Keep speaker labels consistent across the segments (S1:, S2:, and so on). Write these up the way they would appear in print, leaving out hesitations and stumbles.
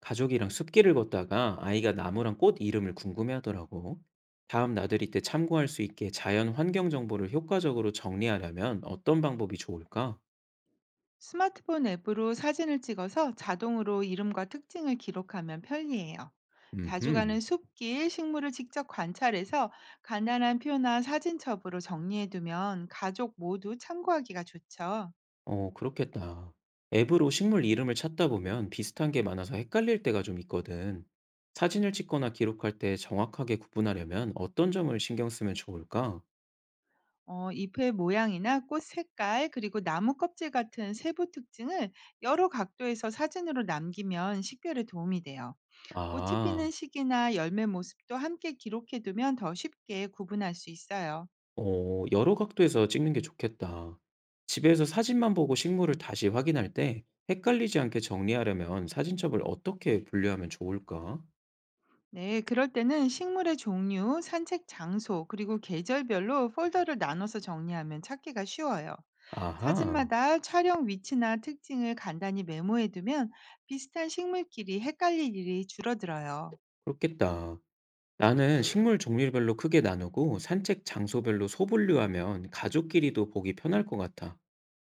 S1: 가족이랑 숲길을 걷다가 아이가 나무랑 꽃 이름을 궁금해하더라고. 다음 나들이 때 참고할 수 있게 자연 환경 정보를 효과적으로 정리하려면 어떤 방법이 좋을까?
S2: 스마트폰 앱으로 사진을 찍어서 자동으로 이름과 특징을 기록하면 편리해요. 자주 가는
S1: 음,
S2: 숲길, 식물을 직접 관찰해서 간단한 표나 사진첩으로 정리해두면 가족 모두 참고하기가 좋죠.
S1: 어, 그렇겠다. 앱으로 식물 이름을 찾다 보면 비슷한 게 많아서 헷갈릴 때가 좀 있거든. 사진을 찍거나 기록할 때 정확하게 구분하려면 어떤 점을 신경 쓰면 좋을까?
S2: 잎의 모양이나 꽃 색깔, 그리고 나무 껍질 같은 세부 특징을 여러 각도에서 사진으로 남기면 식별에 도움이 돼요. 꽃이 피는
S1: 아.
S2: 시기나 열매 모습도 함께 기록해두면 더 쉽게 구분할 수 있어요.
S1: 어, 여러 각도에서 찍는 게 좋겠다. 집에서 사진만 보고 식물을 다시 확인할 때 헷갈리지 않게 정리하려면 사진첩을 어떻게 분류하면 좋을까?
S2: 네, 그럴 때는 식물의 종류, 산책 장소, 그리고 계절별로 폴더를 나눠서 정리하면 찾기가 쉬워요.
S1: 아하,
S2: 사진마다 촬영 위치나 특징을 간단히 메모해두면 비슷한 식물끼리 헷갈릴 일이 줄어들어요.
S1: 그렇겠다. 나는 식물 종류별로 크게 나누고 산책 장소별로 소분류하면 가족끼리도 보기 편할 것 같아.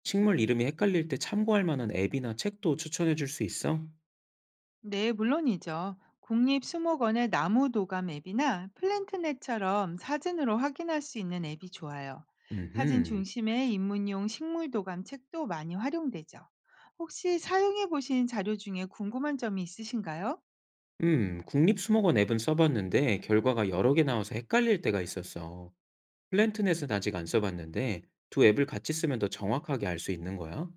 S1: 식물 이름이 헷갈릴 때 참고할 만한 앱이나 책도 추천해 줄 수 있어?
S2: 네, 물론이죠. 국립수목원의 나무도감 앱이나 플랜트넷처럼 사진으로 확인할 수 있는 앱이 좋아요. 사진
S1: 음흠.
S2: 중심의 입문용 식물도감 책도 많이 활용되죠. 혹시 사용해 보신 자료 중에 궁금한 점이 있으신가요?
S1: 국립수목원 앱은 써봤는데 결과가 여러 개 나와서 헷갈릴 때가 있었어. 플랜트넷은 아직 안 써 봤는데 두 앱을 같이 쓰면 더 정확하게 알 수 있는 거야?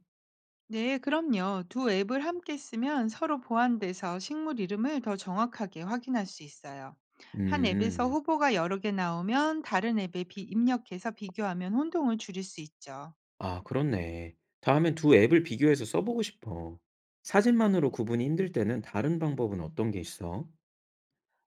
S2: 네, 그럼요. 두 앱을 함께 쓰면 서로 보완돼서 식물 이름을 더 정확하게 확인할 수 있어요. 한 앱에서
S1: 음.
S2: 후보가 여러 개 나오면 다른 앱에 입력해서 비교하면 혼동을 줄일 수 있죠.
S1: 아, 그렇네. 다음엔 두 앱을 비교해서 써 보고 싶어. 사진만으로 구분이 힘들 때는 다른 방법은 어떤 게 있어?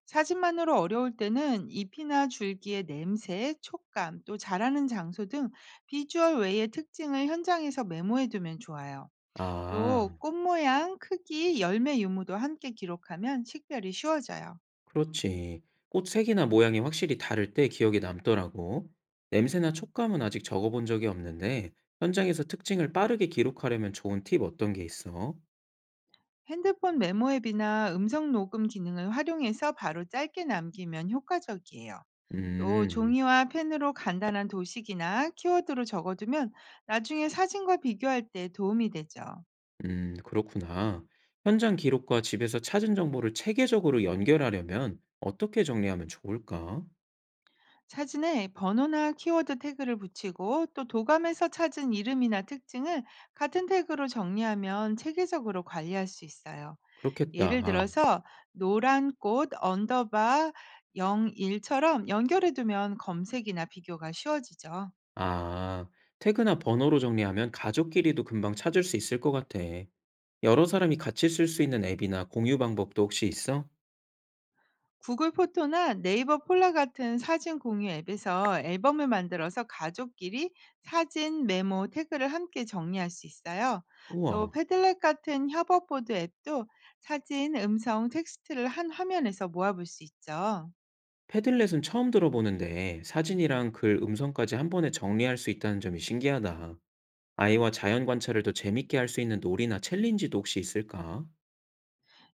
S2: 사진만으로 어려울 때는 잎이나 줄기의 냄새, 촉감, 또 자라는 장소 등 비주얼 외의 특징을 현장에서 메모해 두면 좋아요.
S1: 아,
S2: 또 꽃 모양, 크기, 열매 유무도 함께 기록하면 식별이 쉬워져요.
S1: 그렇지. 꽃 색이나 모양이 확실히 다를 때 기억에 남더라고. 냄새나 촉감은 아직 적어 본 적이 없는데 현장에서 특징을 빠르게 기록하려면 좋은 팁 어떤 게 있어?
S2: 핸드폰 메모 앱이나 음성 녹음 기능을 활용해서 바로 짧게 남기면 효과적이에요. 또
S1: 음.
S2: 종이와 펜으로 간단한 도식이나 키워드로 적어두면 나중에 사진과 비교할 때 도움이 되죠.
S1: 그렇구나. 현장 기록과 집에서 찾은 정보를 체계적으로 연결하려면 어떻게 정리하면 좋을까?
S2: 사진에 번호나 키워드 태그를 붙이고 또 도감에서 찾은 이름이나 특징을 같은 태그로 정리하면 체계적으로 관리할 수 있어요. 예를
S1: 그렇겠다.
S2: 들어서 노란 꽃 언더바 01처럼 연결해 두면 검색이나 비교가 쉬워지죠.
S1: 아, 태그나 번호로 정리하면 가족끼리도 금방 찾을 수 있을 것 같아. 여러 사람이 같이 쓸 수 있는 앱이나 공유 방법도 혹시 있어?
S2: 구글 포토나 네이버 폴라 같은 사진 공유 앱에서 앨범을 만들어서 가족끼리 사진, 메모, 태그를 함께 정리할 수 있어요. 또
S1: 우와,
S2: 패들렛 같은 협업보드 앱도 사진, 음성, 텍스트를 한 화면에서 모아볼 수 있죠.
S1: 패들렛은 처음 들어보는데 사진이랑 글, 음성까지 한 번에 정리할 수 있다는 점이 신기하다. 아이와 자연 관찰을 더 재밌게 할 수 있는 놀이나 챌린지도 혹시 있을까?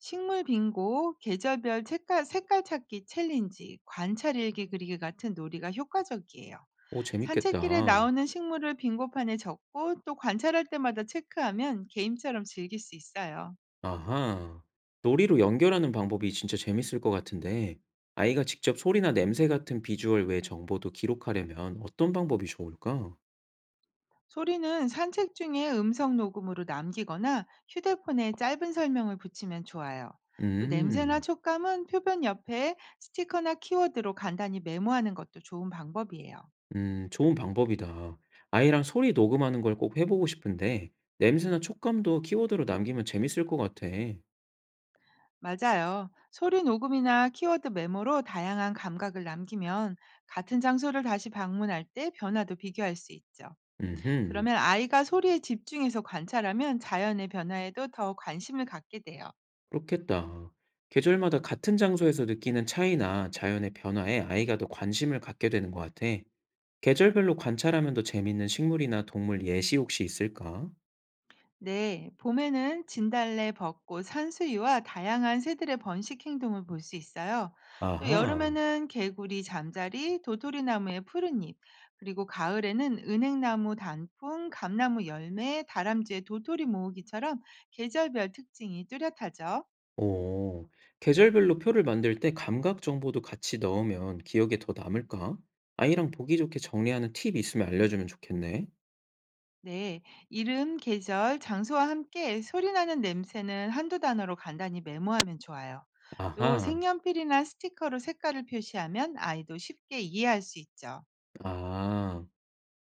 S2: 식물 빙고, 계절별 색깔, 색깔 찾기 챌린지, 관찰 일기 그리기 같은 놀이가 효과적이에요.
S1: 오,
S2: 산책길에
S1: 재밌겠다.
S2: 나오는 식물을 빙고판에 적고 또 관찰할 때마다 체크하면 게임처럼 즐길 수 있어요.
S1: 아하. 놀이로 연결하는 방법이 진짜 재밌을 것 같은데, 아이가 직접 소리나 냄새 같은 비주얼 외 정보도 기록하려면 어떤 방법이 좋을까?
S2: 소리는 산책 중에 음성 녹음으로 남기거나 휴대폰에 짧은 설명을 붙이면 좋아요. 또 냄새나
S1: 음,
S2: 촉감은 표변 옆에 스티커나 키워드로 간단히 메모하는 것도 좋은 방법이에요.
S1: 좋은 방법이다. 아이랑 소리 녹음하는 걸 꼭 해보고 싶은데, 냄새나 촉감도 키워드로 남기면 재밌을 것 같아.
S2: 맞아요. 소리 녹음이나 키워드 메모로 다양한 감각을 남기면 같은 장소를 다시 방문할 때 변화도 비교할 수 있죠.
S1: 음흠,
S2: 그러면 아이가 소리에 집중해서 관찰하면 자연의 변화에도 더 관심을 갖게 돼요.
S1: 그렇겠다. 계절마다 같은 장소에서 느끼는 차이나 자연의 변화에 아이가 더 관심을 갖게 되는 것 같아. 계절별로 관찰하면 더 재밌는 식물이나 동물 예시 혹시 있을까?
S2: 네, 봄에는 진달래, 벚꽃, 산수유와 다양한 새들의 번식 행동을 볼 수 있어요. 또
S1: 아하.
S2: 여름에는 개구리, 잠자리, 도토리나무의 푸른잎, 그리고 가을에는 은행나무 단풍, 감나무 열매, 다람쥐의 도토리 모으기처럼 계절별 특징이 뚜렷하죠.
S1: 오. 계절별로 표를 만들 때 감각 정보도 같이 넣으면 기억에 더 남을까? 아이랑 보기 좋게 정리하는 팁 있으면 알려주면 좋겠네.
S2: 네, 이름, 계절, 장소와 함께 소리나는 냄새는 한두 단어로 간단히 메모하면 좋아요. 또
S1: 아하.
S2: 색연필이나 스티커로 색깔을 표시하면 아이도 쉽게 이해할 수 있죠.
S1: 아.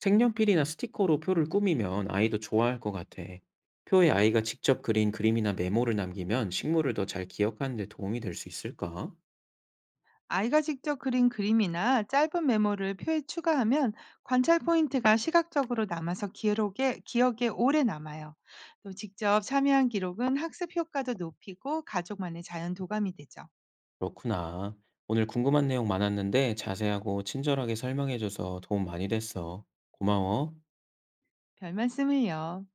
S1: 색연필이나 스티커로 표를 꾸미면 아이도 좋아할 것 같아. 표에 아이가 직접 그린 그림이나 메모를 남기면 식물을 더 잘 기억하는 데 도움이 될 수 있을까?
S2: 아이가 직접 그린 그림이나 짧은 메모를 표에 추가하면 관찰 포인트가 시각적으로 남아서 기록에, 기억에 오래 남아요. 또 직접 참여한 기록은 학습 효과도 높이고 가족만의 자연 도감이 되죠.
S1: 그렇구나. 오늘 궁금한 내용 많았는데 자세하고 친절하게 설명해줘서 도움 많이 됐어. 고마워.
S2: 별 말씀을요.